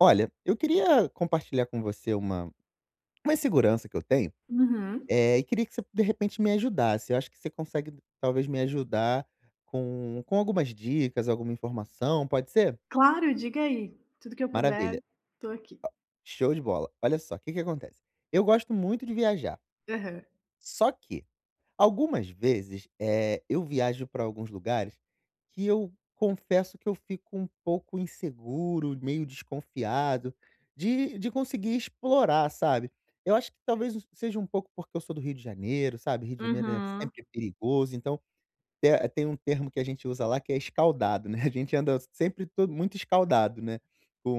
Olha, eu queria compartilhar com você uma insegurança que eu tenho, Uhum. E queria que você de repente me ajudasse. Eu acho que você consegue talvez me ajudar com algumas dicas, alguma informação, pode ser? Claro, diga aí. Tudo que eu puder, Maravilha, tô aqui. show de bola. Olha só, o que que acontece, eu gosto muito de viajar, Aham. só que algumas vezes, eu viajo para alguns lugares que eu confesso que eu fico um pouco inseguro, meio desconfiado de conseguir explorar, sabe. Eu acho que talvez seja um pouco porque eu sou do Rio de Janeiro, sabe, Rio de Janeiro é Uhum. sempre perigoso, então te tem um termo que a gente usa lá que é escaldado, né, a gente anda sempre todo muito escaldado, né,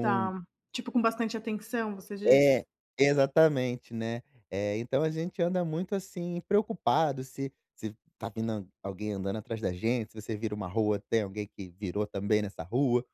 Tá. Tipo, com bastante atenção, você é, diz? exatamente, né. Então a gente anda muito, assim, preocupado se tá vindo al alguém andando atrás da gente, se você vira uma rua, tem alguém que virou também nessa rua.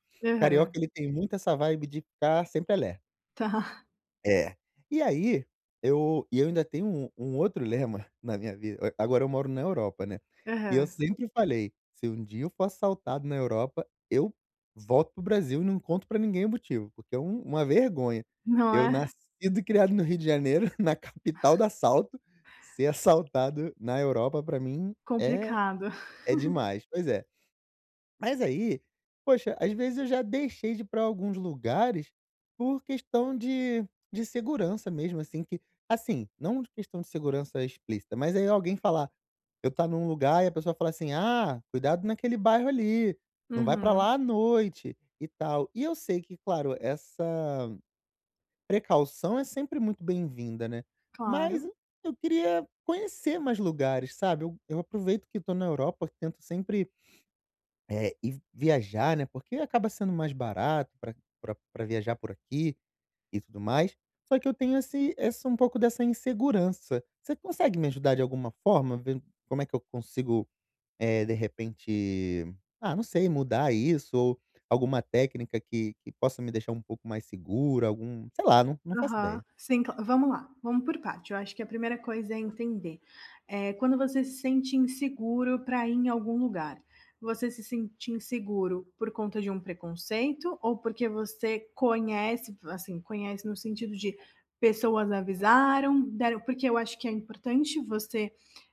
Carioca Aham. ele tem muito essa vibe de ficar sempre alerta. Tá. É. E aí, eu ainda tenho um outro lema na minha vida. Agora eu moro na Europa, né, e eu Aham. sempre falei: "Se um dia eu for assaltado na Europa, eu volto para o Brasil e não conto pra ninguém o motivo, porque é uma vergonha. Não Eu é? nascido e criado no Rio de Janeiro, na capital do assalto, ser assaltado na Europa pra mim Complicado. é demais". Pois é. Mas aí, poxa, às vezes eu já deixei de ir pra alguns lugares por questão de segurança mesmo, assim, que assim, não de questão de segurança explícita, mas aí alguém falar eu tá num lugar e a pessoa fala assim: "Ah, cuidado naquele bairro ali, não vai pra Uhum. lá à noite", e tal. E eu sei que, claro, essa precaução é sempre muito bem-vinda, né. Mas Claro. eu queria conhecer mais lugares, sabe. Eu aproveito que tô na Europa, tento sempre viajar, né, porque acaba sendo mais barato para pra viajar por aqui e tudo mais, só que eu tenho esse essa um pouco dessa insegurança. Você consegue me ajudar de alguma forma, ver como é que eu consigo, de repente, ah, não sei, mudar isso ou alguma técnica que possa me deixar um pouco mais seguro, algum sei lá, não faço Aham. ideia. Sim, cla vamos lá, vamos por parte. Eu acho que a primeira coisa é entender, quando você se sente inseguro para ir em algum lugar, você se sente inseguro por conta de um preconceito ou porque você conhece, assim, conhece no sentido de pessoas avisaram, deram porque eu acho que é importante você,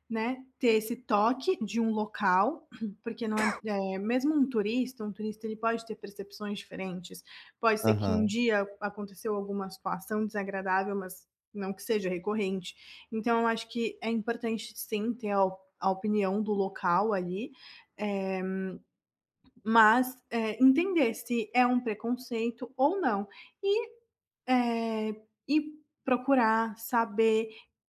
né, ter esse toque de um local, porque não é mesmo um turista ele pode ter percepções diferentes. Pode ser que um Aham, dia aconteceu alguma situação desagradável, mas não que seja recorrente. Então, eu acho que é importante sim ter a, a opinião do local ali, eh, mas entender se é um preconceito ou não. E, eh, procurar saber,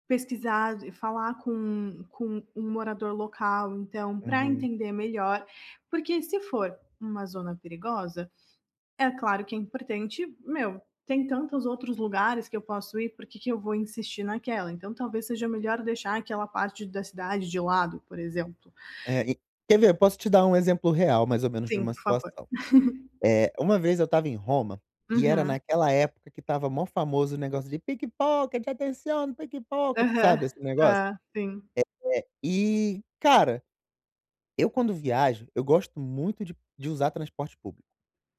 pesquisar, falar com um morador local, então, para uhum. entender melhor, porque se for uma zona perigosa é claro que é importante. Meu, tem tantos outros lugares que eu posso ir, por que que eu vou insistir naquela? Então talvez seja melhor deixar aquela parte da cidade de lado, por exemplo. É, e quer ver? Eu posso te dar um exemplo real, mais ou menos, de Sim, uma por favor. situação. É, uma vez eu estava em Roma, e era Uhum. naquela época que estava mó famoso o negócio de pickpocket, atenção pickpocket, Aham. sabe esse negócio? Tá, sim. É, e, cara, eu quando viajo, eu gosto muito de usar transporte público.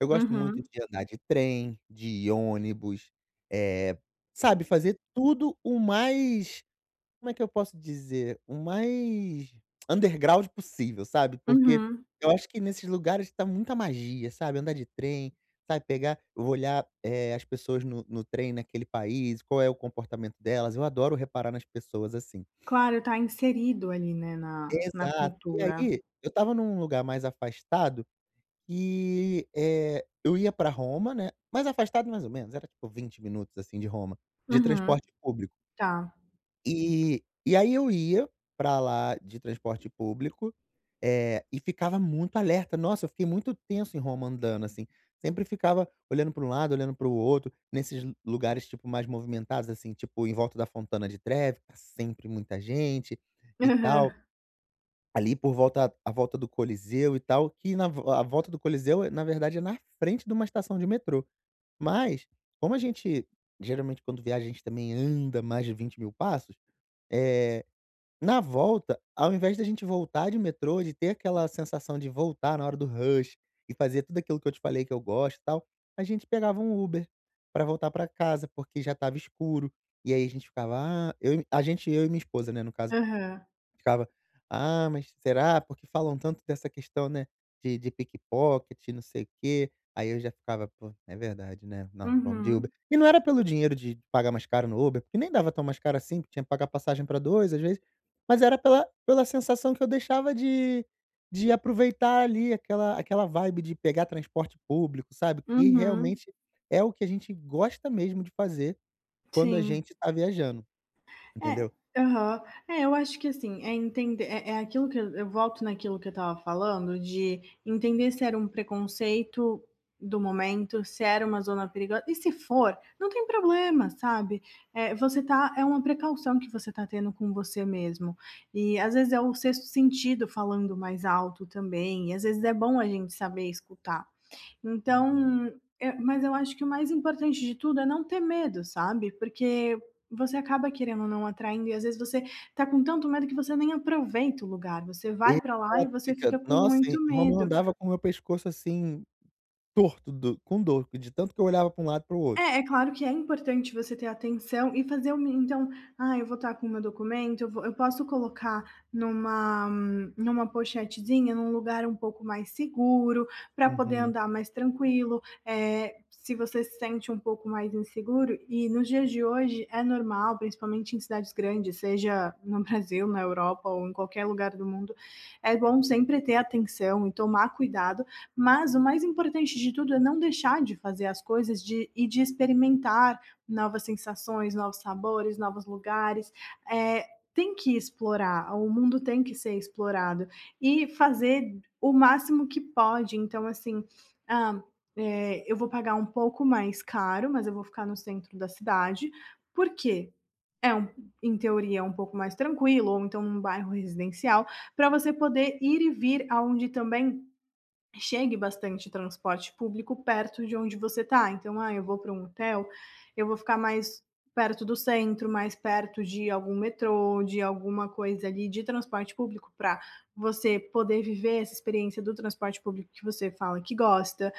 Eu gosto muito Uhum. de andar de trem, de ônibus, é sabe, fazer tudo o mais, como é que eu posso dizer? O mais underground possível, sabe, porque Uhum. eu acho que nesses lugares tá muita magia, sabe, andar de trem, sabe, pegar, eu vou olhar, as pessoas no trem naquele país, qual é o comportamento delas, eu adoro reparar nas pessoas assim. Claro, tá inserido ali, né, na Exato. E cultura. aí, eu estava num lugar mais afastado e, eu ia pra Roma, né, mais afastado mais ou menos, era tipo 20 minutos, assim, de Roma, de Uhum. transporte público. Tá. E aí eu ia pra lá de transporte público, e ficava muito alerta. Nossa, eu fiquei muito tenso em Roma andando, assim. Sempre ficava olhando para um lado, olhando para o outro, nesses lugares, tipo, mais movimentados, assim, tipo, em volta da Fontana de Trevi, tá sempre muita gente e tal. Aham. Ali por volta a volta do Coliseu e tal, que na vo a volta do Coliseu, na verdade, é na frente de uma estação de metrô. Mas, como a gente geralmente quando viaja a gente também anda mais de 20 mil passos, eh, na volta, ao invés da gente voltar de metrô, de ter aquela sensação de voltar na hora do rush e fazer tudo aquilo que eu te falei que eu gosto e tal, a gente pegava um Uber pra voltar pra casa, porque já estava escuro, e aí a gente ficava: "Ah", eu e minha esposa, né, no caso. Aham. Ficava: "Ah, mas será? Porque falam tanto dessa questão, né, de pickpocket não sei o quê". Aí eu já ficava: "Pô, é verdade, né? Não, vamos de Uber". Uhum. E não era pelo dinheiro de pagar mais caro no Uber, porque nem dava tão mais caro assim, porque tinha que pagar passagem para 2 às vezes, mas era pela sensação que eu deixava de aproveitar ali aquela vibe de pegar transporte público, sabe, que Uhum. realmente é o que a gente gosta mesmo de fazer quando a Sim. gente tá viajando, É. entendeu? Aham. É, eu acho que, assim, é entender é aquilo que eu volto naquilo que eu estava falando de entender se era um preconceito do momento, se era uma zona perigosa e se for, não tem problema, sabe. É você tá é uma precaução que você tá tendo com você mesmo. E, às vezes, é o sexto sentido falando mais alto também, e, às vezes, é bom a gente saber escutar. Uhum. Então, mas eu acho que o mais importante de tudo é não ter medo, sabe, porque você acaba querendo ou não atraindo e às vezes você tá com tanto medo que você nem aproveita o lugar, você vai pra lá e Exato, você fica, fica com nossa, em muito Roma eu medo. andava com o meu pescoço, assim, torto do com dor, de tanto que eu olhava pra um lado e para o outro. É, é claro que é importante você ter atenção e fazer o mi então, ah, eu vou estar com o meu documento, eu posso colocar numa numa pochetezinha, num lugar um pouco mais seguro, para poder Uhum. andar mais tranquilo, se você se sente um pouco mais inseguro e nos dias de hoje é normal, principalmente em cidades grandes, seja no Brasil, na Europa ou em qualquer lugar do mundo, é bom sempre ter atenção e tomar cuidado, mas o mais importante de tudo é não deixar de fazer as coisas e de experimentar novas sensações, novos sabores, novos lugares. É, tem que explorar, o mundo tem que ser explorado e fazer o máximo que pode. Então, assim, ah, é, eu vou pagar um pouco mais caro, mas eu vou ficar no centro da cidade. Por quê? é um, Em teoria é um pouco mais tranquilo, ou então num bairro residencial, para você poder ir e vir aonde também chegue bastante transporte público perto de onde você está. Então, ah, eu vou para um hotel, eu vou ficar mais perto do centro, mais perto de algum metrô, de alguma coisa ali de transporte público, para você poder viver essa experiência do transporte público que você fala que gosta.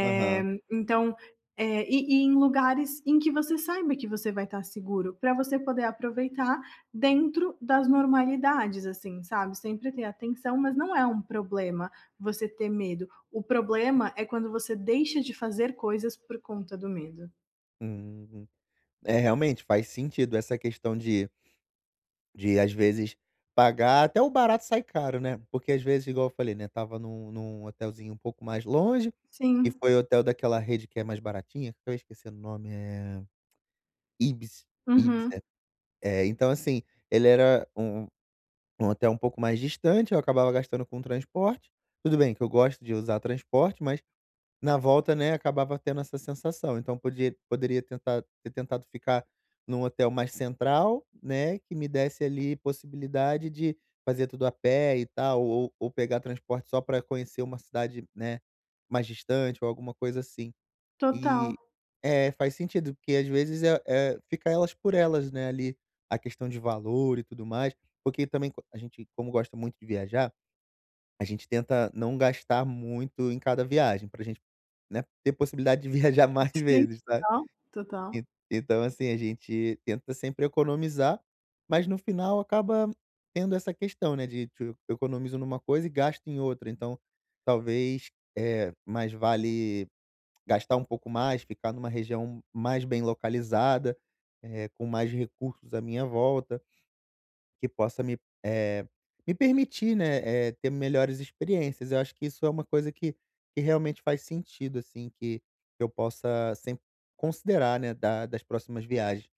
Aham. então. eh, e em lugares em que você saiba que você vai estar seguro, para você poder aproveitar dentro das normalidades, assim, sabe? Sempre ter atenção, mas não é um problema você ter medo. O problema é quando você deixa de fazer coisas por conta do medo. Hum. É, realmente faz sentido essa questão de, às vezes, pagar até, o barato sai caro, né, porque, às vezes, igual eu falei, né, tava num hotelzinho um pouco mais longe, que Sim. foi o hotel daquela rede que é mais baratinha, que eu acabei o nome, é Ibis. Ibis, Uhum. é. É, então, assim, ele era um um hotel um pouco mais distante, eu acabava gastando com transporte. Tudo bem que eu gosto de usar transporte, mas na volta, né, acabava tendo essa sensação. Então podia poderia tentar ter tentado ficar num hotel mais central, né, que me desse ali possibilidade de fazer tudo a pé e tal, ou pegar transporte só para conhecer uma cidade, né, mais distante ou alguma coisa assim. Total. E é, faz sentido, porque às vezes é fica elas por elas, né, ali, a questão de valor e tudo mais, porque também co a gente, como gosta muito de viajar, a gente tenta não gastar muito em cada viagem pra gente, né, ter possibilidade de viajar mais Sim, vezes, sabe. total, total, En Então, assim, a gente tenta sempre economizar, mas no final acaba tendo essa questão, né, de tipo, eu economizo numa coisa e gasto em outra, então talvez, é, mais vale gastar um pouco mais, ficar numa região mais bem localizada, com mais recursos à minha volta, que possa me, eh, me permitir, né, ter melhores experiências. Eu acho que isso é uma coisa que realmente faz sentido, assim, que eu possa sempre considerar, né, da das próximas viagens.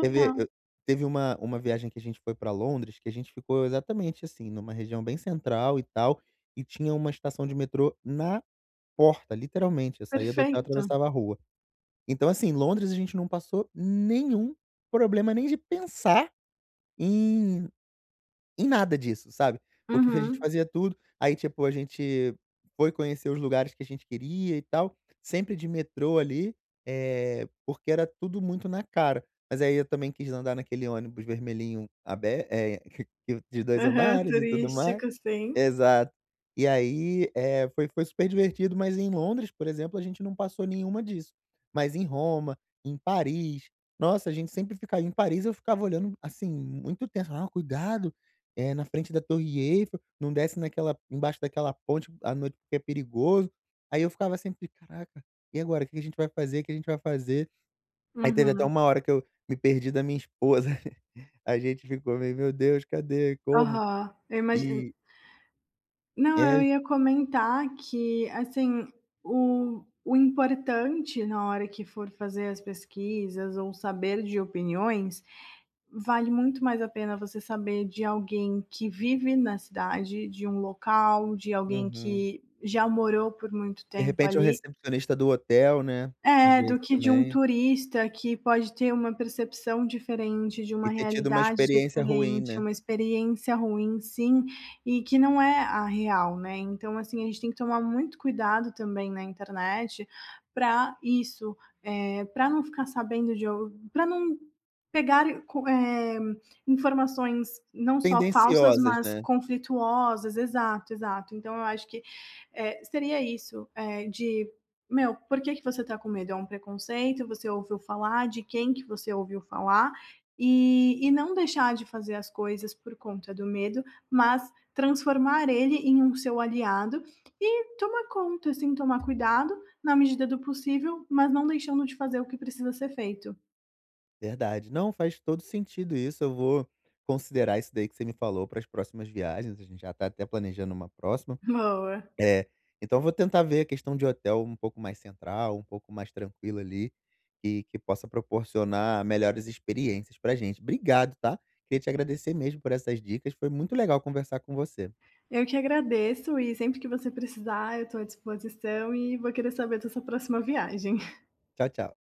Teve eu Teve uma viagem que a gente foi para Londres, que a gente ficou exatamente assim, numa região bem central e tal, e tinha uma estação de metrô na porta, literalmente. Eu saía do hotel, Perfeito. atravessava a rua. Então, assim, Londres a gente não passou nenhum problema nem de pensar em em nada disso, sabe. Porque a gente Uhum. fazia tudo, aí tipo a gente foi conhecer os lugares que a gente queria e tal, sempre de metrô ali, porque era tudo muito na cara. Mas aí eu também quis andar naquele ônibus vermelhinho abe de 2 Aham, andares e tudo mais. turístico, sim. Exato. E aí, foi super divertido, mas em Londres, por exemplo, a gente não passou nenhuma disso. Mas em Roma, em Paris, nossa, a gente sempre ficava, em Paris eu ficava olhando, assim, muito tenso: "Ah, cuidado, na frente da Torre Eiffel, não desce naquela, embaixo daquela ponte à noite porque é perigoso". Aí eu ficava sempre: "Caraca, e agora? O que que a gente vai fazer? O que a gente vai fazer?". Aí teve até Uhum. uma hora que eu me perdi da minha esposa. A gente ficou meio: "Meu Deus, cadê? Como?". Aham. Eu imagi E Não, eu é. ia comentar que, assim, o importante na hora que for fazer as pesquisas ou saber de opiniões vale muito mais a pena você saber de alguém que vive na cidade, de um local, de alguém Uhum. que já morou por muito De tempo repente, é o ali, recepcionista do hotel, né, às é, vezes do que de um também, turista que pode ter uma percepção diferente, de uma e ter tido uma realidade experiência ruim, diferente, né. uma experiência ruim, sim, e que não é a real, né. Então, assim, a gente tem que tomar muito cuidado também na internet para isso, pra não ficar sabendo de para não pegar informações não só falsas, Tendenciosas, mas né. conflituosas. Exato, exato. Então eu acho que, seria isso, de meu, por que que você tá com medo? É um preconceito, você ouviu falar, de quem que você ouviu falar, e não deixar de fazer as coisas por conta do medo, mas transformar ele em um seu aliado e tomar conta, assim, tomar cuidado na medida do possível, mas não deixando de fazer o que precisa ser feito. Verdade. Não, faz todo sentido isso, eu vou considerar isso daí que você me falou para as próximas viagens, a gente já tá até planejando uma próxima. Boa. Eh, então eu vou tentar ver a questão de hotel um pouco mais central, um pouco mais tranquilo ali, que possa proporcionar melhores experiências pra gente. Obrigado, tá. Queria te agradecer mesmo por essas dicas, foi muito legal conversar com você. Eu que agradeço e sempre que você precisar eu tô à disposição e vou querer saber dessa próxima viagem. Tchau, tchau.